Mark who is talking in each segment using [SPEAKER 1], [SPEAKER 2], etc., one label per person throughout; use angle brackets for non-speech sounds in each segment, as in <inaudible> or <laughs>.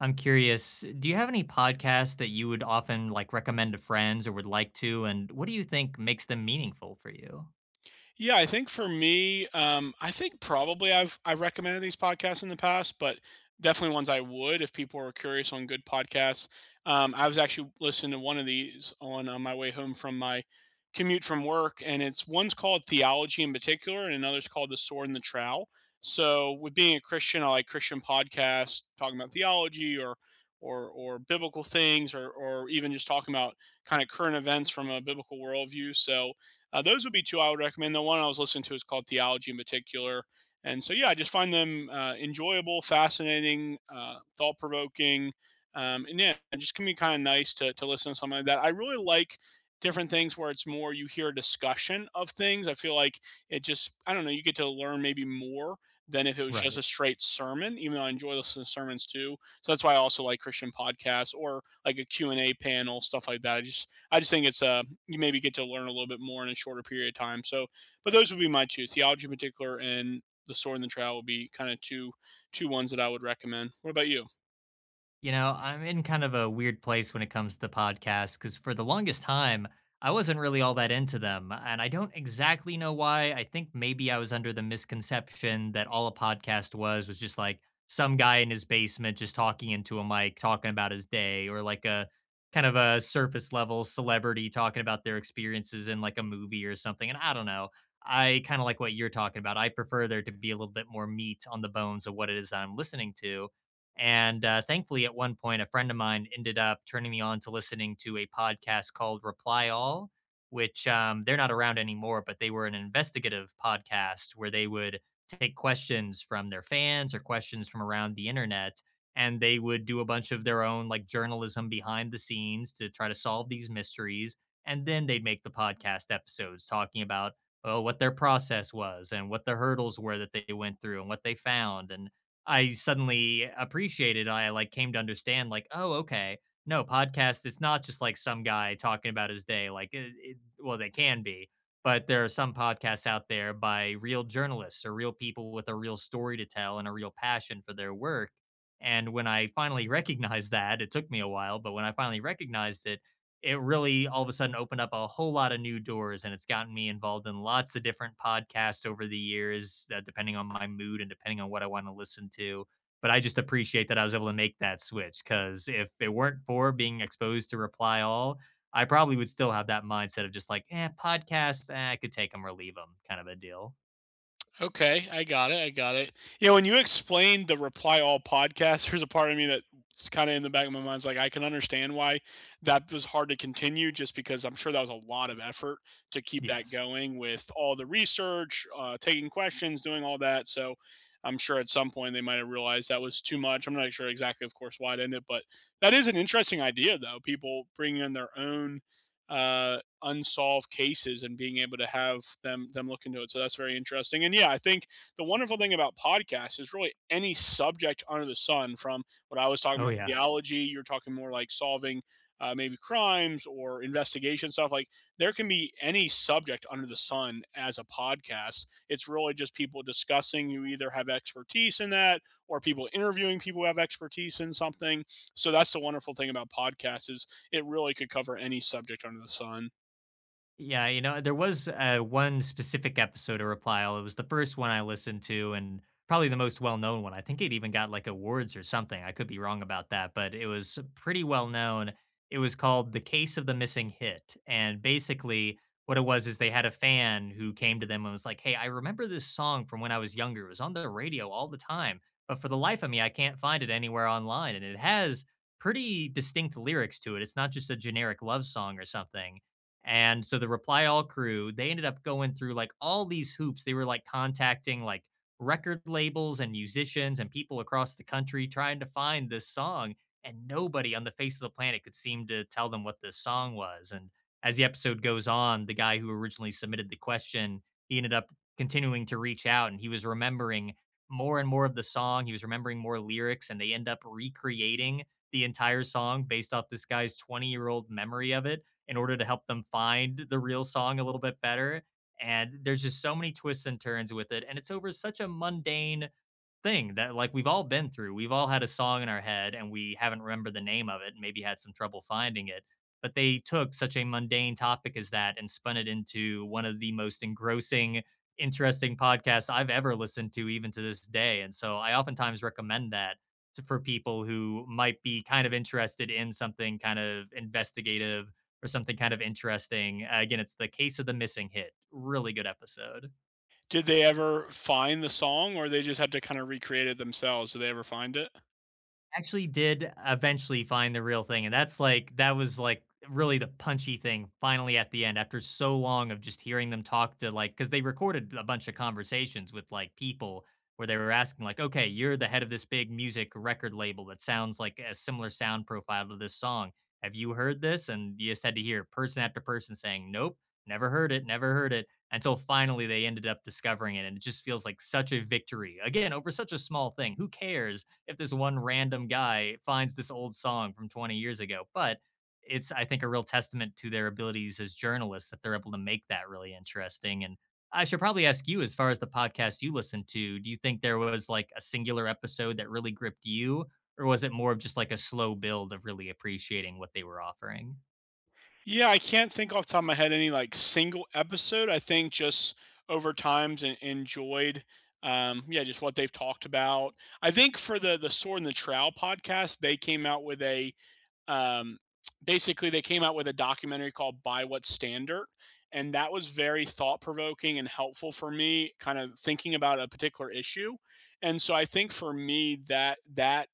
[SPEAKER 1] I'm curious, do you have any podcasts that you would often, like, recommend to friends or would like to, and what do you think makes them meaningful for you?
[SPEAKER 2] Yeah, I think for me, I think probably I've recommended these podcasts in the past, but definitely ones I would if people are curious on good podcasts. I was actually listening to one of these on my way home from my commute from work, and it's one's called Theology in particular, and another's called The Sword and the Trowel. So, with being a Christian, I like Christian podcasts talking about theology or or biblical things, or even just talking about kind of current events from a biblical worldview. So those would be two I would recommend. The one I was listening to is called Theology in particular. And so, yeah, I just find them enjoyable, fascinating, thought provoking. And yeah, it just can be kind of nice to listen to something like that. I really like different things where it's more you hear a discussion of things. I feel like it just, I don't know, you get to learn maybe more than if it was just a
[SPEAKER 1] Right.
[SPEAKER 2] straight sermon, even though I enjoy listening to sermons too. So that's why I also like Christian podcasts or like a Q and a panel, stuff like that. I just think it's a, you maybe get to learn a little bit more in a shorter period of time. So, but those would be my two, theology in particular and the sword and the trial would be kind of two ones that I would recommend. What about you?
[SPEAKER 1] I'm in kind of a weird place when it comes to podcasts because for the longest time, I wasn't really all that into them. And I don't exactly know why. I think maybe I was under the misconception that all a podcast was just like some guy in his basement just talking into a mic, talking about his day, or like a kind of a surface level celebrity talking about their experiences in like a movie or something. And I don't know. I kind of like what you're talking about. I prefer there to be a little bit more meat on the bones of what it is that I'm listening to. And thankfully, at one point, a friend of mine ended up turning me on to listening to a podcast called Reply All, which they're not around anymore, but they were an investigative podcast where they would take questions from their fans or questions from around the internet. And they would do a bunch of their own like journalism behind the scenes to try to solve these mysteries. And then they'd make the podcast episodes talking about, well, what their process was and what the hurdles were that they went through and what they found. And I suddenly appreciated came to understand, like, "Oh, okay. No, podcast, it's not just, like, some guy talking about his day, like, it well, they can be, but there are some podcasts out there by real journalists or real people with a real story to tell and a real passion for their work, and when I finally <laughs> recognized that, it took me a while, but when I finally recognized it, it really all of a sudden opened up a whole lot of new doors and it's gotten me involved in lots of different podcasts over the years depending on my mood and depending on what I want to listen to but I just appreciate that I was able to make that switch because if it weren't for being exposed to Reply All I probably would still have that mindset of just like podcasts, I could take them or leave them kind of a deal.
[SPEAKER 2] Okay, I got it. I got it. Yeah, when you explained the reply all podcast, <laughs> there's a part of me that's kind of in the back of my mind. It's like I can understand why that was hard to continue, just because I'm sure that was a lot of effort to keep that
[SPEAKER 1] Yes.
[SPEAKER 2] going with all the research, taking questions, doing all that. So I'm sure at some point they might have realized that was too much. I'm not sure exactly, of course, why it ended, but that is an interesting idea, though. People bringing in their own uh unsolved cases and being able to have them look into it. So that's very interesting. And yeah, I think the wonderful thing about podcasts is really any subject under the sun. From what I was talking
[SPEAKER 1] Oh
[SPEAKER 2] about
[SPEAKER 1] yeah.
[SPEAKER 2] theology, you're talking more like solving maybe crimes or investigation stuff. Like there can be any subject under the sun as a podcast. It's really just people discussing who either have expertise in that or people interviewing people who have expertise in something. So that's the wonderful thing about podcasts is it really could cover any subject under the sun.
[SPEAKER 1] Yeah, there was, one specific episode of Reply All, it was the first one I listened to and probably the most well-known one, I think it even got, like, awards or something, I could be wrong about that, but it was pretty well known. It was called The Case of the Missing Hit, and basically what it was is they had a fan who came to them and was like, "Hey, I remember this song from when I was younger, it was on the radio all the time, but for the life of me, I can't find it anywhere online, and it has pretty distinct lyrics to it, it's not just a generic love song or something." And so the Reply All crew, they ended up going through like all these hoops. They were like contacting like record labels and musicians and people across the country trying to find this song. And nobody on the face of the planet could seem to tell them what this song was. And as the episode goes on, the guy who originally submitted the question, he ended up continuing to reach out and he was remembering more and more of the song. He was remembering more lyrics and they end up recreating the entire song based off this guy's 20-year-old memory of it in order to help them find the real song a little bit better. And there's just so many twists and turns with it. And it's over such a mundane thing that like we've all been through. We've all had a song in our head and we haven't remembered the name of it and maybe had some trouble finding it. But they took such a mundane topic as that and spun it into one of the most engrossing, interesting podcasts I've ever listened to, even to this day. And so I oftentimes recommend that to, for people who might be kind of interested in something kind of investigative or something kind of interesting. Again, it's The Case of the Missing Hit. Really good episode.
[SPEAKER 2] Did they ever find the song, or they just had to kind of recreate it themselves? Did they ever find it?
[SPEAKER 1] Actually did eventually find the real thing, and that's, like that was, like, really the punchy thing finally at the end after so long of just hearing them talk to, like, because they recorded a bunch of conversations with, like, people where they were asking, like, "Okay, you're the head of this big music record label that sounds like a similar sound profile to this song. Have you heard this?" And you just had to hear person after person saying, "Nope, never heard it, never heard it," until finally they ended up discovering it, and it just feels like such a victory, again, over such a small thing. Who cares if this one random guy finds this old song from 20 years ago. But it's, I think, a real testament to their abilities as journalists that they're able to make that really interesting. And I should probably ask you, as far as the podcast you listen to, do you think there was like a singular episode that really gripped you? Or was it more of just like a slow build of really appreciating what they were offering?
[SPEAKER 2] Yeah, I can't think off the top of my head any like single episode. I think just over times and enjoyed yeah, just what they've talked about. I think for the Sword and the Trowel podcast, they came out with a um, basically they came out with a documentary called Buy What's Standard. And that was very thought provoking and helpful for me, kind of thinking about a particular issue. And so I think for me that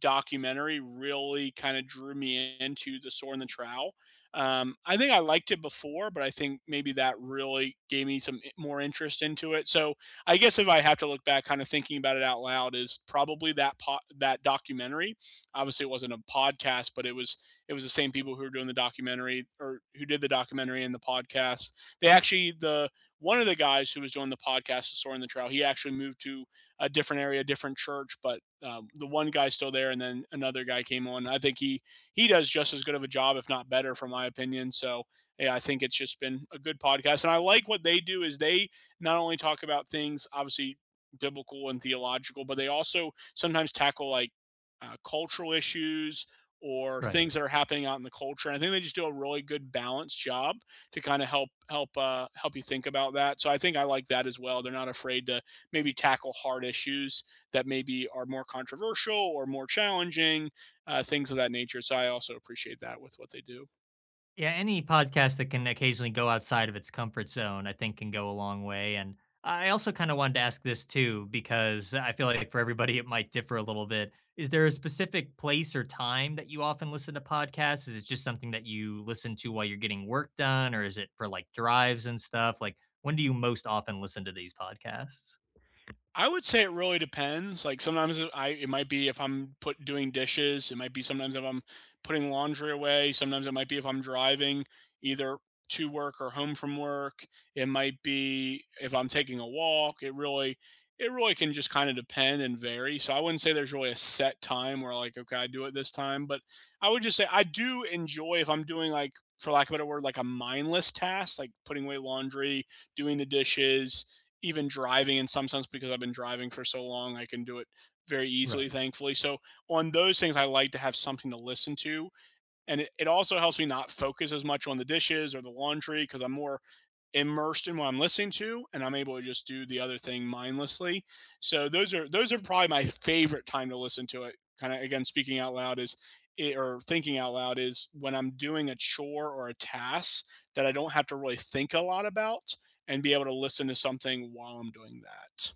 [SPEAKER 2] documentary really kind of drew me into the Sword and the Trowel. I think I liked it before, but I think maybe that really gave me some more interest into it. So I guess if I have to look back, kind of thinking about it out loud, is probably that that documentary, obviously it wasn't a podcast, but it was the same people who were doing the documentary or who did the documentary and the podcast. They actually the one of the guys who was doing the podcast was in the Trail. He actually moved to a different area, a different church, but the one guy's still there, and then another guy came on. I think he does just as good of a job, if not better, from my opinion. So yeah, I think it's just been a good podcast, and I like what they do is they not only talk about things obviously biblical and theological, but they also sometimes tackle like cultural issues or
[SPEAKER 1] Right.
[SPEAKER 2] things that are happening out in the culture. And I think they just do a really good balanced job to kind of help you think about that. So I think I like that as well. They're not afraid to maybe tackle hard issues that maybe are more controversial or more challenging, things of that nature. So I also appreciate that with what they do.
[SPEAKER 1] Yeah, any podcast that can occasionally go outside of its comfort zone, I think, can go a long way. And I also kind of wanted to ask this too, because I feel like for everybody, it might differ a little bit. Is there a specific place or time that you often listen to podcasts? Is it just something that you listen to while you're getting work done, or is it for like drives and stuff? Like, when do you most often listen to these podcasts?
[SPEAKER 2] I would say it really depends. Like sometimes I it might be if I'm put doing dishes, it might be sometimes if I'm putting laundry away, sometimes it might be if I'm driving either to work or home from work. It might be if I'm taking a walk. It really can just kind of depend and vary. So I wouldn't say there's really a set time where like okay, I do it this time, but I would just say I do enjoy if I'm doing like, for lack of a better word, like a mindless task, like putting away laundry, doing the dishes, even driving in some sense because I've been driving for so long, I can do it very
[SPEAKER 1] Right.
[SPEAKER 2] easily, thankfully. So on those things, I like to have something to listen to, and it also helps me not focus as much on the dishes or the laundry because I'm more immersed in what I'm listening to and I'm able to just do the other thing mindlessly. So those are probably my favorite time to listen to it. Kind of again speaking out loud is it, or thinking out loud, is when I'm doing a chore or a task that I don't have to really think a lot about and be able to listen to something while I'm doing that.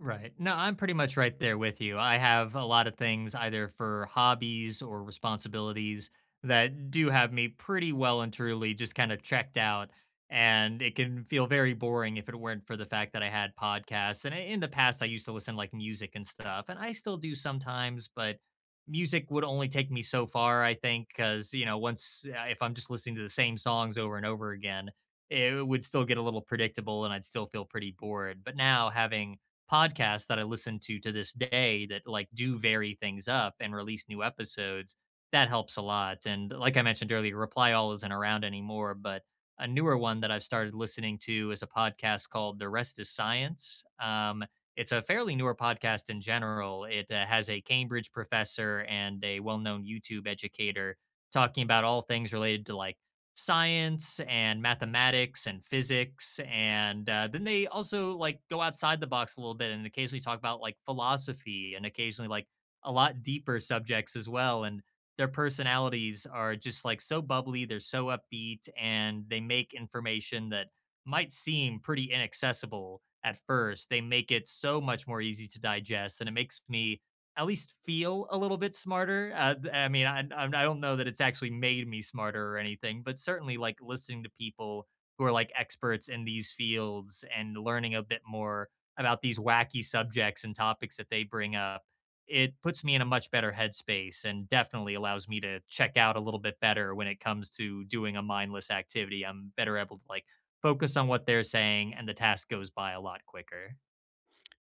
[SPEAKER 1] Right. No, I'm pretty much right there with you. I have a lot of things either for hobbies or responsibilities that do have me pretty well and truly just kind of checked out. And it can feel very boring if it weren't for the fact that I had podcasts. And in the past, I used to listen to like music and stuff, and I still do sometimes, but music would only take me so far, I think, because, once if I'm just listening to the same songs over and over again, it would still get a little predictable and I'd still feel pretty bored. But now having podcasts that I listen to this day that like do vary things up and release new episodes. That helps a lot. And like I mentioned earlier, Reply All isn't around anymore, but a newer one that I've started listening to is a podcast called The Rest is Science. It's a fairly newer podcast in general. It has a Cambridge professor and a well known YouTube educator talking about all things related to like science and mathematics and physics and then they also like go outside the box a little bit and occasionally talk about like philosophy and occasionally like a lot deeper subjects as well and their personalities are just like so bubbly, they're so upbeat and they make information that might seem pretty inaccessible at first they make it so much more easy to digest and it makes me at least feel a little bit smarter. I mean, I don't know that it's actually made me smarter or anything, but certainly like listening to people who are like experts in these fields and learning a bit more about these wacky subjects and topics that they bring up, it puts me in a much better headspace and definitely allows me to check out a little bit better when it comes to doing a mindless activity. I'm better able to like focus on what they're saying and the task goes by a lot quicker.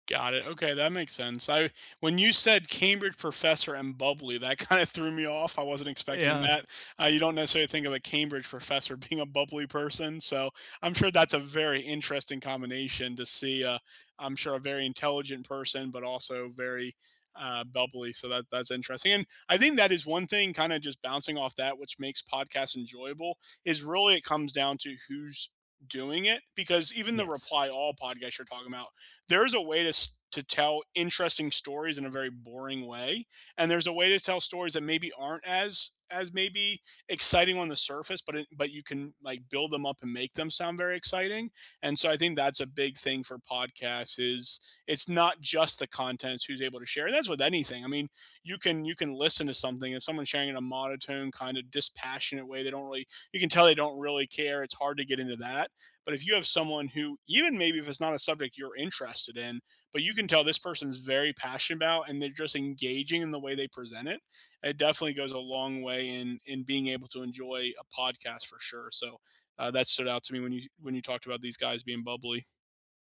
[SPEAKER 2] Got it. Okay, that makes sense. I when you said Cambridge professor and bubbly, that <laughs> kind of threw me off. I wasn't expecting
[SPEAKER 1] Yeah.
[SPEAKER 2] that. You don't necessarily think of a Cambridge professor <laughs> being a bubbly person, so I'm sure that's a very interesting combination to see. I'm sure a very intelligent person, but also very bubbly. So that's interesting. And I think that is one thing, kind of just bouncing off that, which makes podcasts enjoyable. Is really it comes down to who's doing it, because even the
[SPEAKER 1] Yes.
[SPEAKER 2] reply all podcast you're talking about, there's a way to tell interesting stories in a very boring way, and there's a way to tell stories that maybe aren't as maybe exciting on the surface, but it, but you can like build them up and make them sound very exciting. And so I think that's a big thing for podcasts is it's not just the content, it's who's able to share. And that's with anything, I mean, you can listen to something if someone's sharing in a monotone kind of dispassionate way, they don't really, you can tell they don't really care, it's hard to get into that. But if you have someone who, even maybe if it's not a subject you're interested in, but you can tell this person's very passionate about and they're just engaging in the way they present it, it definitely goes a long way in being able to enjoy a podcast for sure. So that stood out to me when you talked about these guys being bubbly.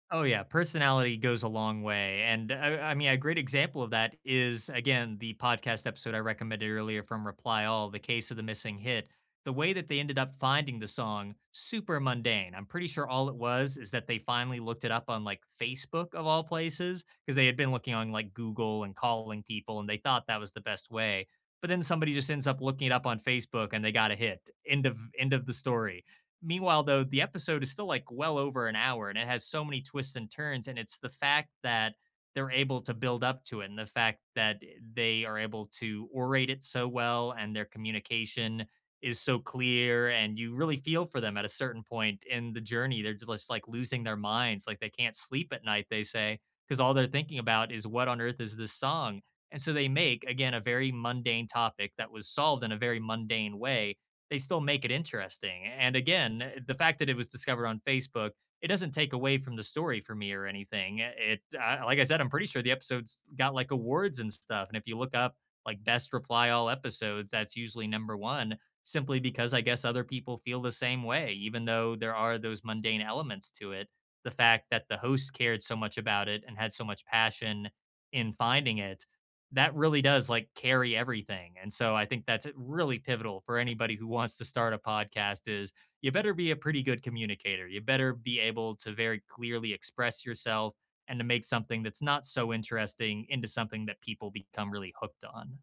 [SPEAKER 1] Oh yeah, personality goes a long way, and I mean a great example of that is again the podcast episode I recommended earlier from Reply All, The Case of the Missing Hit. The way that they ended up finding the song, super mundane. I'm pretty sure all it was is that they finally looked it up on like Facebook of all places because they had been looking on like Google and calling people, and they thought that was the best way. But then somebody just ends up looking it up on Facebook, and they got a hit. End of the story. Meanwhile, though, the episode is still like well over an hour and it has so many twists and turns. And it's the fact that they're able to build up to it and the fact that they are able to orate it so well and their communication is so clear. And you really feel for them at a certain point in the journey. They're just like losing their minds. Like they can't sleep at night, they say, because all they're thinking about is what on earth is this song? And so they make, again, a very mundane topic that was solved in a very mundane way, they still make it interesting. And again, the fact that it was discovered on Facebook, it doesn't take away from the story for me or anything. It like I said, I'm pretty sure the episode's got like awards and stuff. And if you look up like best Reply All episodes, that's usually number one, simply because I guess other people feel the same way, even though there are those mundane elements to it. The fact that the hosts cared so much about it and had so much passion in finding it, that really does like carry everything. And so I think that's really pivotal for anybody who wants to start a podcast is you better be a pretty good communicator. You better be able to very clearly express yourself and to make something that's not so interesting into something that people become really hooked on.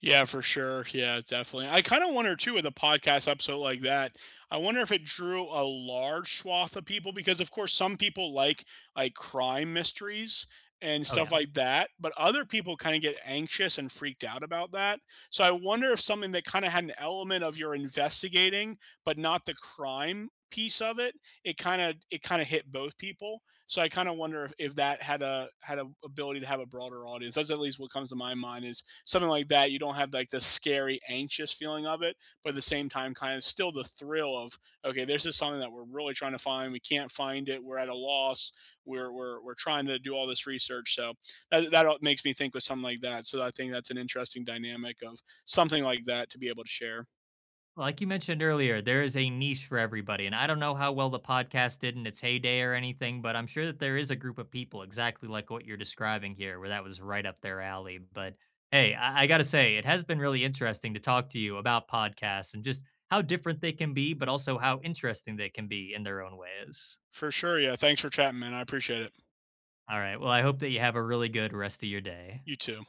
[SPEAKER 2] Yeah, for sure. Yeah, definitely. I kind of wonder too with a podcast episode like that. I wonder if it drew a large swath of people because, of course, some people like crime mysteries and
[SPEAKER 1] Oh
[SPEAKER 2] stuff
[SPEAKER 1] yeah.
[SPEAKER 2] like that, but other people kind of get anxious and freaked out about that. So I wonder if something that kind of had an element of you're investigating, but not the crime piece of it, it kind of hit both people. So I kind of wonder if that had a had a ability to have a broader audience. That's at least what comes to my mind is something like that, you don't have like the scary, anxious feeling of it, but at the same time, kind of still the thrill of okay, this is something that we're really trying to find. We can't find it. We're at a loss. We're trying to do all this research. So that makes me think with something like that. So I think that's an interesting dynamic of something like that to be able to share.
[SPEAKER 1] Like you mentioned earlier, there is a niche for everybody. And I don't know how well the podcast did in its heyday or anything, but I'm sure that there is a group of people exactly like what you're describing here, where that was right up their alley. But hey, I got to say, it has been really interesting to talk to you about podcasts and just how different they can be, but also how interesting they can be in their own ways.
[SPEAKER 2] For sure. Yeah. Thanks for chatting, man. I appreciate it.
[SPEAKER 1] All right. Well, I hope that you have a really good rest of your day.
[SPEAKER 2] You too.